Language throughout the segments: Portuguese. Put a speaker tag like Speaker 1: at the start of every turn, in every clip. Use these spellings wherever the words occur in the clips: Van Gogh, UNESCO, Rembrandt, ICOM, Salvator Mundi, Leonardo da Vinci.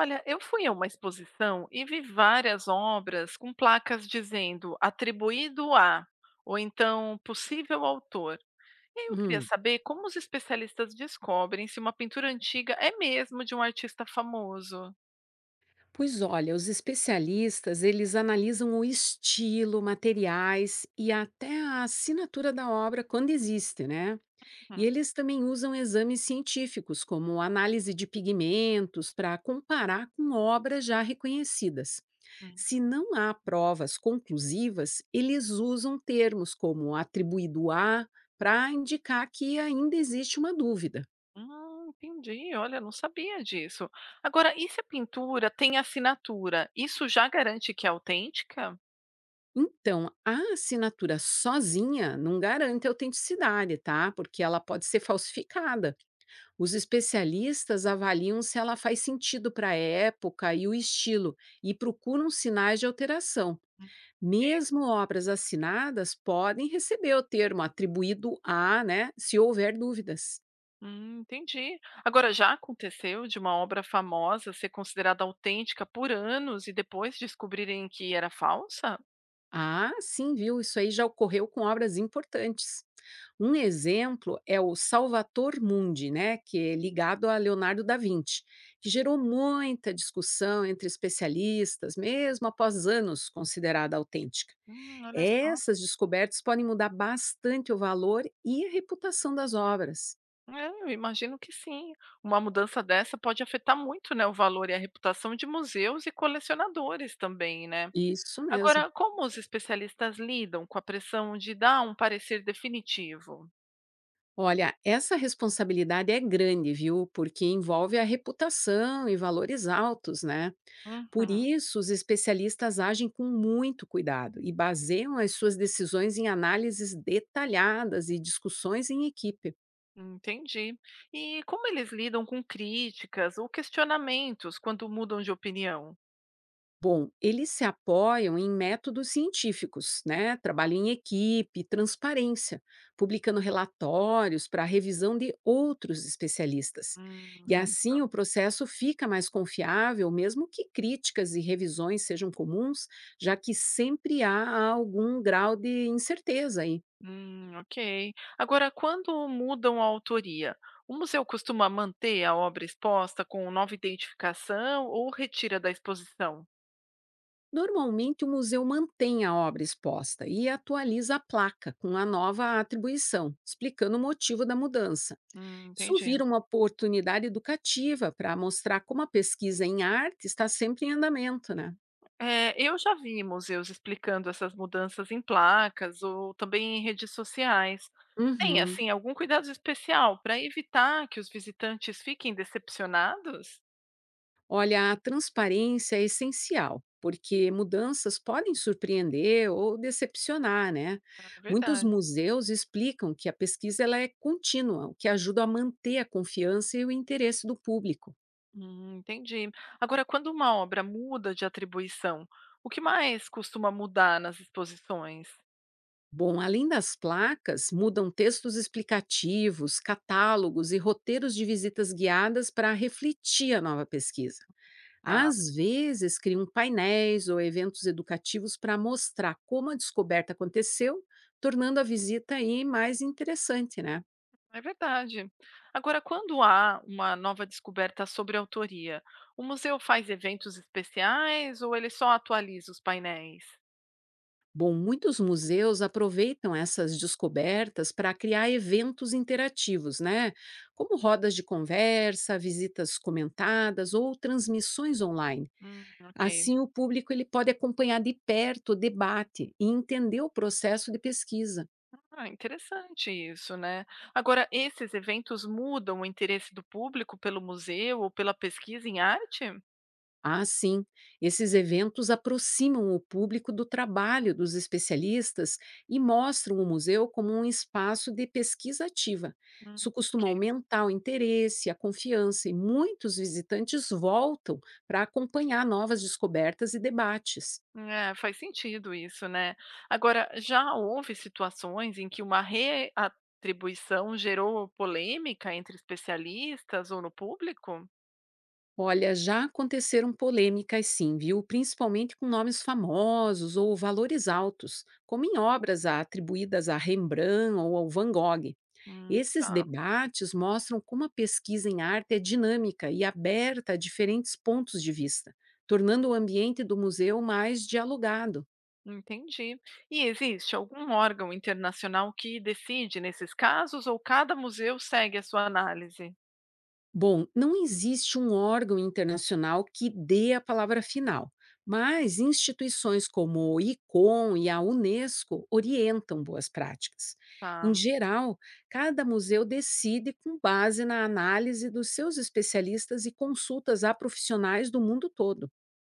Speaker 1: Olha, eu fui a uma exposição e vi várias obras com placas dizendo atribuído a, ou então possível autor. E aí eu queria
Speaker 2: Hum,
Speaker 1: saber como os especialistas descobrem se uma pintura antiga é mesmo de um artista famoso.
Speaker 2: Pois olha, os especialistas, eles analisam o estilo, materiais e até a assinatura da obra quando existe, né? E
Speaker 1: Hum,
Speaker 2: eles também usam exames científicos, como análise de pigmentos, para comparar com obras já reconhecidas.
Speaker 1: hum.
Speaker 2: Se não há provas conclusivas, eles usam termos como atribuído a para indicar que ainda existe uma dúvida.
Speaker 1: Entendi, olha, não sabia disso. Agora, e se a pintura tem assinatura? Isso já garante que é autêntica?
Speaker 2: Então, a assinatura sozinha não garante a autenticidade, tá? Porque ela pode ser falsificada. Os especialistas avaliam se ela faz sentido para a época e o estilo e procuram sinais de alteração.
Speaker 1: Hum. Ok.
Speaker 2: Mesmo obras assinadas podem receber o termo atribuído a, né, se houver dúvidas.
Speaker 1: Entendi. Agora, já aconteceu de uma obra famosa ser considerada autêntica por anos e depois descobrirem que era falsa?
Speaker 2: Ah, sim, viu? Isso aí já ocorreu com obras importantes. Um exemplo é o Salvator Mundi, né, que é ligado a Leonardo da Vinci, que gerou muita discussão entre especialistas, mesmo após anos considerada autêntica.
Speaker 1: Olha só.
Speaker 2: Essas descobertas podem mudar bastante o valor e a reputação das obras.
Speaker 1: É, eu imagino que sim. Uma mudança dessa pode afetar muito, né, o valor e a reputação de museus e colecionadores também, né?
Speaker 2: Isso mesmo.
Speaker 1: Agora, como os especialistas lidam com a pressão de dar um parecer definitivo?
Speaker 2: Olha, essa responsabilidade é grande, viu? Porque envolve a reputação e valores altos, né? Por
Speaker 1: Uhum,
Speaker 2: isso, os especialistas agem com muito cuidado e baseiam as suas decisões em análises detalhadas e discussões em equipe.
Speaker 1: entendi. E como eles lidam com críticas ou questionamentos quando mudam de opinião?
Speaker 2: Bom, eles se apoiam em métodos científicos, né? Trabalho em equipe, transparência, publicando relatórios para revisão de outros especialistas. E
Speaker 1: Certo.
Speaker 2: assim o processo fica mais confiável, mesmo que críticas e revisões sejam comuns, já que sempre há algum grau de incerteza aí.
Speaker 1: Ok. Agora, quando mudam a autoria, o museu costuma manter a obra exposta com nova identificação ou retira da exposição?
Speaker 2: Normalmente, o museu mantém a obra exposta e atualiza a placa com a nova atribuição, explicando o motivo da mudança. Isso
Speaker 1: Entendi.
Speaker 2: vira uma oportunidade educativa para mostrar como a pesquisa em arte está sempre em andamento, né?
Speaker 1: É, eu já vi museus explicando essas mudanças em placas ou também em redes sociais. Tem,
Speaker 2: Uhum.
Speaker 1: assim, algum cuidado especial para evitar que os visitantes fiquem decepcionados?
Speaker 2: Olha, a transparência é essencial, porque mudanças podem surpreender ou decepcionar, né?
Speaker 1: É
Speaker 2: Muitos
Speaker 1: verdade.
Speaker 2: museus explicam que a pesquisa ela é contínua, o que ajuda a manter a confiança e o interesse do público.
Speaker 1: Entendi. Agora, quando uma obra muda de atribuição, o que mais costuma mudar nas exposições?
Speaker 2: Bom, além das placas, mudam textos explicativos, catálogos e roteiros de visitas guiadas para refletir a nova pesquisa.
Speaker 1: Tá,
Speaker 2: Às vezes, criam painéis ou eventos educativos para mostrar como a descoberta aconteceu, tornando a visita aí mais interessante, né?
Speaker 1: é verdade. Agora, quando há uma nova descoberta sobre a autoria, o museu faz eventos especiais ou ele só atualiza os painéis?
Speaker 2: Bom, muitos museus aproveitam essas descobertas para criar eventos interativos, né? Como rodas de conversa, visitas comentadas ou transmissões online.
Speaker 1: Ok.
Speaker 2: Assim, o público ele pode acompanhar de perto o debate e entender o processo de pesquisa.
Speaker 1: Ah, interessante isso, né? Agora, esses eventos mudam o interesse do público pelo museu ou pela pesquisa em arte?
Speaker 2: Assim, esses eventos aproximam o público do trabalho dos especialistas e mostram o museu como um espaço de pesquisa ativa.
Speaker 1: Hum.
Speaker 2: Isso costuma aumentar o interesse, a confiança e muitos visitantes voltam para acompanhar novas descobertas e debates.
Speaker 1: É, faz sentido isso, né. Agora, já houve situações em que uma reatribuição gerou polêmica entre especialistas ou no público?
Speaker 2: Olha, já aconteceram polêmicas sim, viu? Principalmente com nomes famosos ou valores altos, como em obras atribuídas a Rembrandt ou ao Van Gogh. Esses
Speaker 1: Tá,
Speaker 2: debates mostram como a pesquisa em arte é dinâmica e aberta a diferentes pontos de vista, tornando o ambiente do museu mais dialogado.
Speaker 1: entendi. E existe algum órgão internacional que decide nesses casos ou cada museu segue a sua análise?
Speaker 2: Bom, não existe um órgão internacional que dê a palavra final, mas instituições como o ICOM e a Unesco orientam boas práticas. Em
Speaker 1: Tá,
Speaker 2: geral, cada museu decide com base na análise dos seus especialistas e consultas a profissionais do mundo todo.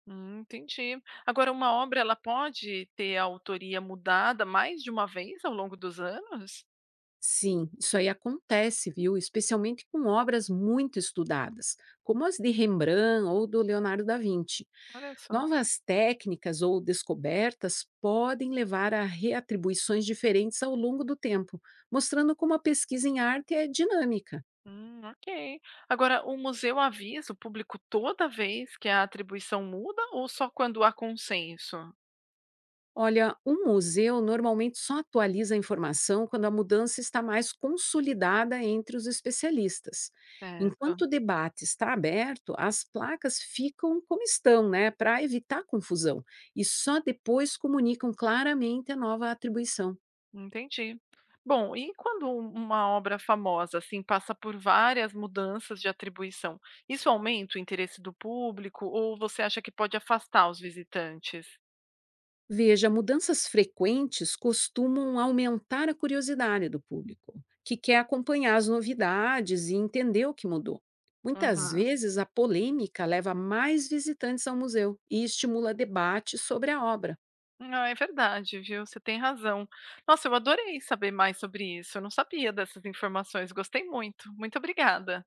Speaker 1: entendi. Agora, uma obra, ela pode ter a autoria mudada mais de uma vez ao longo dos anos?
Speaker 2: Sim, isso aí acontece, viu? Especialmente com obras muito estudadas, como as de Rembrandt ou do Leonardo da Vinci.
Speaker 1: Olha só.
Speaker 2: Novas técnicas ou descobertas podem levar a reatribuições diferentes ao longo do tempo, mostrando como a pesquisa em arte é dinâmica.
Speaker 1: Ok. Agora, o museu avisa o público toda vez que a atribuição muda ou só quando há consenso?
Speaker 2: Olha, um museu normalmente só atualiza a informação quando a mudança está mais consolidada entre os especialistas.
Speaker 1: Certo,
Speaker 2: Enquanto o debate está aberto, as placas ficam como estão, né, para evitar confusão, e só depois comunicam claramente a nova atribuição.
Speaker 1: entendi. Bom, e quando uma obra famosa assim passa por várias mudanças de atribuição, isso aumenta o interesse do público ou você acha que pode afastar os visitantes?
Speaker 2: Veja, mudanças frequentes costumam aumentar a curiosidade do público, que quer acompanhar as novidades e entender o que mudou. Muitas
Speaker 1: Aham.
Speaker 2: vezes, a polêmica leva mais visitantes ao museu e estimula debate sobre a obra.
Speaker 1: Ah, é verdade, viu? Você tem razão. Nossa, eu adorei saber mais sobre isso. Eu não sabia dessas informações. Gostei muito. Muito obrigada.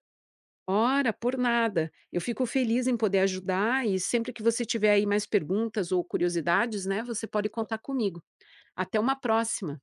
Speaker 2: Ora, por nada. Eu fico feliz em poder ajudar e sempre que você tiver aí mais perguntas ou curiosidades, né, você pode contar comigo. Até uma próxima.